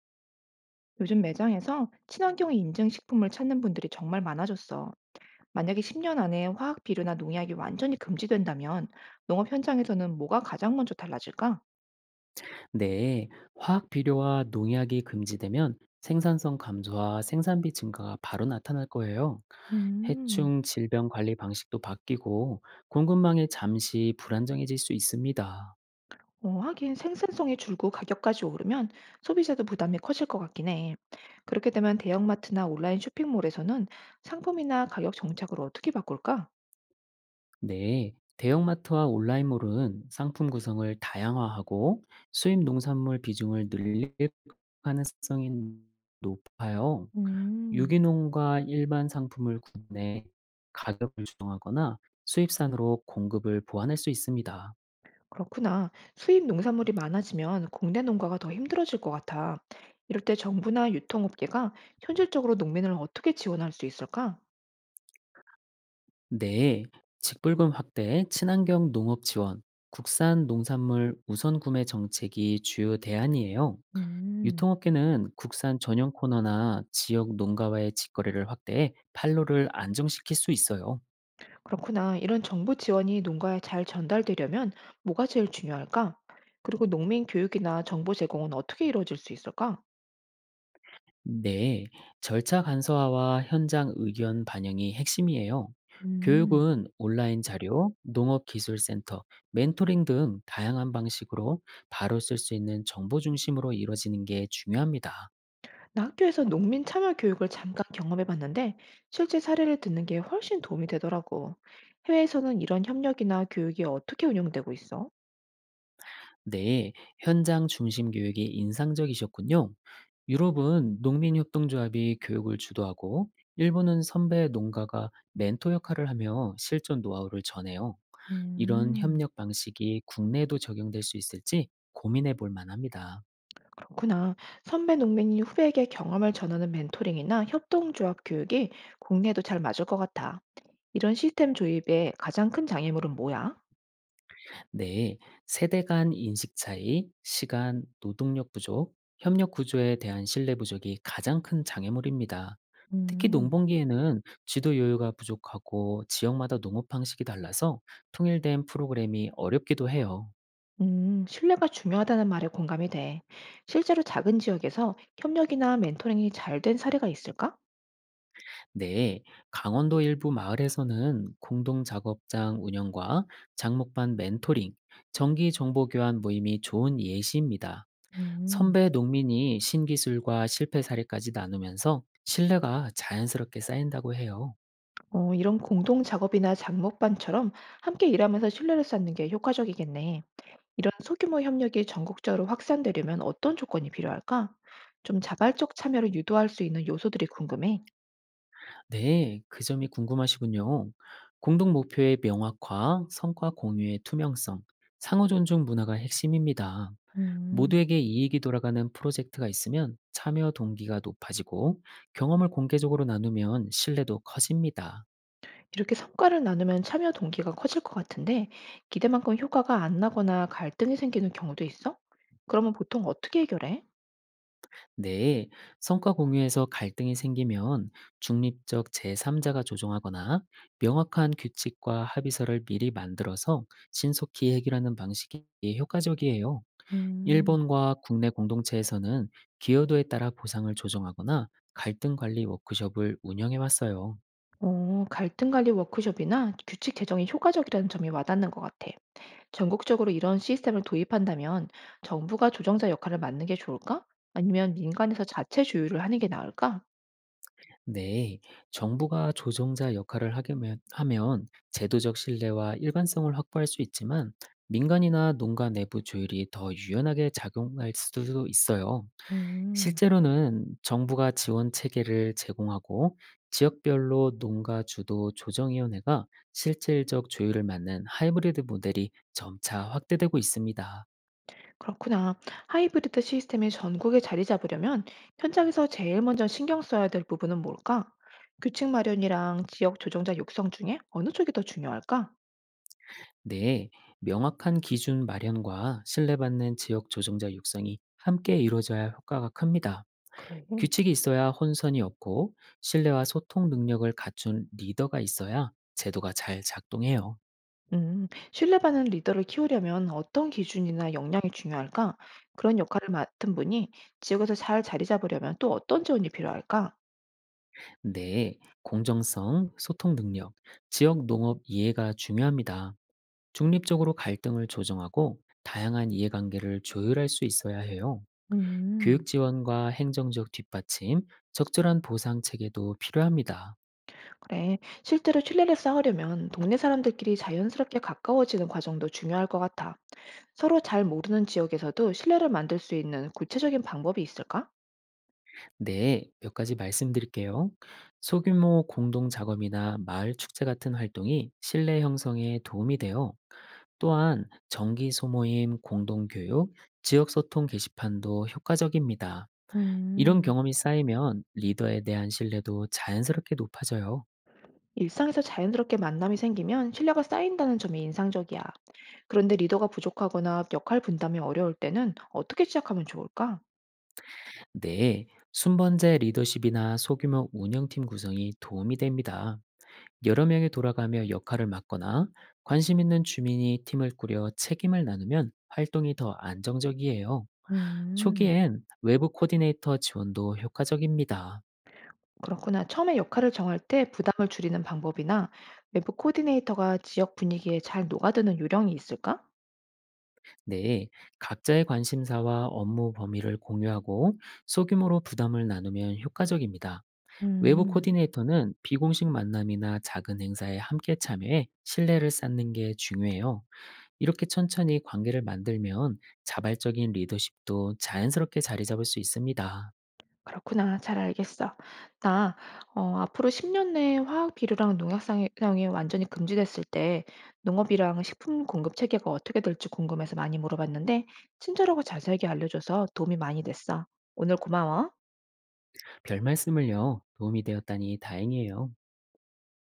요즘 매장에서 친환경 인증 식품을 찾는 분들이 정말 많아졌어. 만약에 10년 안에 화학 비료나 농약이 완전히 금지된다면 농업 현장에서는 뭐가 가장 먼저 달라질까? 네, 화학 비료와 농약이 금지되면 생산성 감소와 생산비 증가가 바로 나타날 거예요. 음, 해충 질병 관리 방식도 바뀌고 공급망이 잠시 불안정해질 수 있습니다. 하긴 생산성이 줄고 가격까지 오르면 소비자도 부담이 커질 것 같긴 해. 그렇게 되면 대형마트나 온라인 쇼핑몰에서는 상품이나 가격 정책을 어떻게 바꿀까? 네, 대형마트와 온라인몰은 상품 구성을 다양화하고 수입 농산물 비중을 늘릴 가능성이 높아요. 음. 유기농과 일반 상품을 구분해 가격을 조정하거나 수입산으로 공급을 보완할 수 있습니다. 그렇구나. 수입 농산물이 많아지면 국내 농가가 더 힘들어질 것 같아. 이럴 때 정부나 유통업계가 현실적으로 농민을 어떻게 지원할 수 있을까? 네, 직불금 확대, 친환경 농업 지원, 국산 농산물 우선 구매 정책이 주요 대안이에요. 음, 유통업계는 국산 전용 코너나 지역 농가와의 직거래를 확대해 판로를 안정시킬 수 있어요. 그렇구나. 이런 정부 지원이 농가에 잘 전달되려면 뭐가 제일 중요할까? 그리고 농민 교육이나 정보 제공은 어떻게 이루어질 수 있을까? 네, 절차 간소화와 현장 의견 반영이 핵심이에요. 음. 교육은 온라인 자료, 농업기술센터, 멘토링 등 다양한 방식으로 바로 쓸 수 있는 정보 중심으로 이루어지는 게 중요합니다. 나 학교에서 농민 참여 교육을 잠깐 경험해 봤는데 실제 사례를 듣는 게 훨씬 도움이 되더라고. 해외에서는 이런 협력이나 교육이 어떻게 운영되고 있어? 네, 현장 중심 교육이 인상적이셨군요. 유럽은 농민협동조합이 교육을 주도하고, 일본은 선배 농가가 멘토 역할을 하며 실전 노하우를 전해요. 이런 음, 협력 방식이 국내에도 적용될 수 있을지 고민해 볼 만합니다. 그렇구나. 선배 농민이 후배에게 경험을 전하는 멘토링이나 협동조합 교육이 국내에도 잘 맞을 것 같아. 이런 시스템 조입의 가장 큰 장애물은 뭐야? 네, 세대 간 인식 차이, 시간, 노동력 부족, 협력 구조에 대한 신뢰 부족이 가장 큰 장애물입니다. 특히 음, 농번기에는 지도 요요가 부족하고 지역마다 농업 방식이 달라서 통일된 프로그램이 어렵기도 해요. 신뢰가 중요하다는 말에 공감이 돼. 실제로 작은 지역에서 협력이나 멘토링이 잘 된 사례가 있을까? 네, 강원도 일부 마을에서는 공동 작업장 운영과 장목반 멘토링, 정기 정보 교환 모임이 좋은 예시입니다. 음, 선배 농민이 신기술과 실패 사례까지 나누면서 신뢰가 자연스럽게 쌓인다고 해요. 이런 공동 작업이나 작목반처럼 함께 일하면서 신뢰를 쌓는 게 효과적이겠네. 이런 소규모 협력이 전국적으로 확산되려면 어떤 조건이 필요할까? 좀 자발적 참여를 유도할 수 있는 요소들이 궁금해. 네, 그 점이 궁금하시군요. 공동 목표의 명확화, 성과 공유의 투명성, 상호 존중 문화가 핵심입니다. 음, 모두에게 이익이 돌아가는 프로젝트가 있으면 참여 동기가 높아지고 경험을 공개적으로 나누면 신뢰도 커집니다. 이렇게 성과를 나누면 참여 동기가 커질 것 같은데 기대만큼 효과가 안 나거나 갈등이 생기는 경우도 있어? 그러면 보통 어떻게 해결해? 네, 성과 공유에서 갈등이 생기면 중립적 제3자가 조정하거나 명확한 규칙과 합의서를 미리 만들어서 신속히 해결하는 방식이 효과적이에요. 음, 일본과 국내 공동체에서는 기여도에 따라 보상을 조정하거나 갈등 관리 워크숍을 운영해 왔어요. 갈등 관리 워크숍이나 규칙 제정이 효과적이라는 점이 와닿는 것 같아. 전국적으로 이런 시스템을 도입한다면 정부가 조정자 역할을 맡는 게 좋을까? 아니면 민간에서 자체 조율을 하는 게 나을까? 네, 정부가 조정자 역할을 하면 제도적 신뢰와 일관성을 확보할 수 있지만 민간이나 농가 내부 조율이 더 유연하게 작용할 수도 있어요. 음, 실제로는 정부가 지원 체계를 제공하고 지역별로 농가 주도 조정위원회가 실질적 조율을 맡는 하이브리드 모델이 점차 확대되고 있습니다. 그렇구나. 하이브리드 시스템이 전국에 자리 잡으려면 현장에서 제일 먼저 신경 써야 될 부분은 뭘까? 규칙 마련이랑 지역 조정자 육성 중에 어느 쪽이 더 중요할까? 네, 명확한 기준 마련과 신뢰받는 지역 조정자 육성이 함께 이루어져야 효과가 큽니다. 그래. 규칙이 있어야 혼선이 없고 신뢰와 소통 능력을 갖춘 리더가 있어야 제도가 잘 작동해요. 신뢰받는 리더를 키우려면 어떤 기준이나 역량이 중요할까? 그런 역할을 맡은 분이 지역에서 잘 자리 잡으려면 또 어떤 지원이 필요할까? 네, 공정성, 소통 능력, 지역 농업 이해가 중요합니다. 중립적으로 갈등을 조정하고 다양한 이해관계를 조율할 수 있어야 해요. 교육 음, 지원과 행정적 뒷받침, 적절한 보상 체계도 필요합니다. 그래, 실제로 신뢰를 쌓으려면 동네 사람들끼리 자연스럽게 가까워지는 과정도 중요할 것 같아. 서로 잘 모르는 지역에서도 신뢰를 만들 수 있는 구체적인 방법이 있을까? 네, 몇 가지 말씀드릴게요. 소규모 공동 작업이나 마을 축제 같은 활동이 신뢰 형성에 도움이 돼요. 또한 정기 소모임, 공동교육, 지역소통 게시판도 효과적입니다. 이런 음, 경험이 쌓이면 리더에 대한 신뢰도 자연스럽게 높아져요. 일상에서 자연스럽게 만남이 생기면 신뢰가 쌓인다는 점이 인상적이야. 그런데 리더가 부족하거나 역할 분담이 어려울 때는 어떻게 시작하면 좋을까? 네, 순번제 리더십이나 소규모 운영팀 구성이 도움이 됩니다. 여러 명이 돌아가며 역할을 맡거나 관심 있는 주민이 팀을 꾸려 책임을 나누면 활동이 더 안정적이에요. 음, 초기엔 외부 코디네이터 지원도 효과적입니다. 그렇구나. 처음에 역할을 정할 때 부담을 줄이는 방법이나 외부 코디네이터가 지역 분위기에 잘 녹아드는 요령이 있을까? 네, 각자의 관심사와 업무 범위를 공유하고 소규모로 부담을 나누면 효과적입니다. 외부 음. 코디네이터는 비공식 만남이나 작은 행사에 함께 참여해 신뢰를 쌓는 게 중요해요. 이렇게 천천히 관계를 만들면 자발적인 리더십도 자연스럽게 자리 잡을 수 있습니다. 그렇구나. 잘 알겠어. 나, 앞으로 10년 내에 화학 비료랑 농약 사용이 완전히 금지됐을 때 농업이랑 식품 공급 체계가 어떻게 될지 궁금해서 많이 물어봤는데 친절하고 자세하게 알려줘서 도움이 많이 됐어. 오늘 고마워. 별 말씀을요, 도움이 되었다니 다행이에요.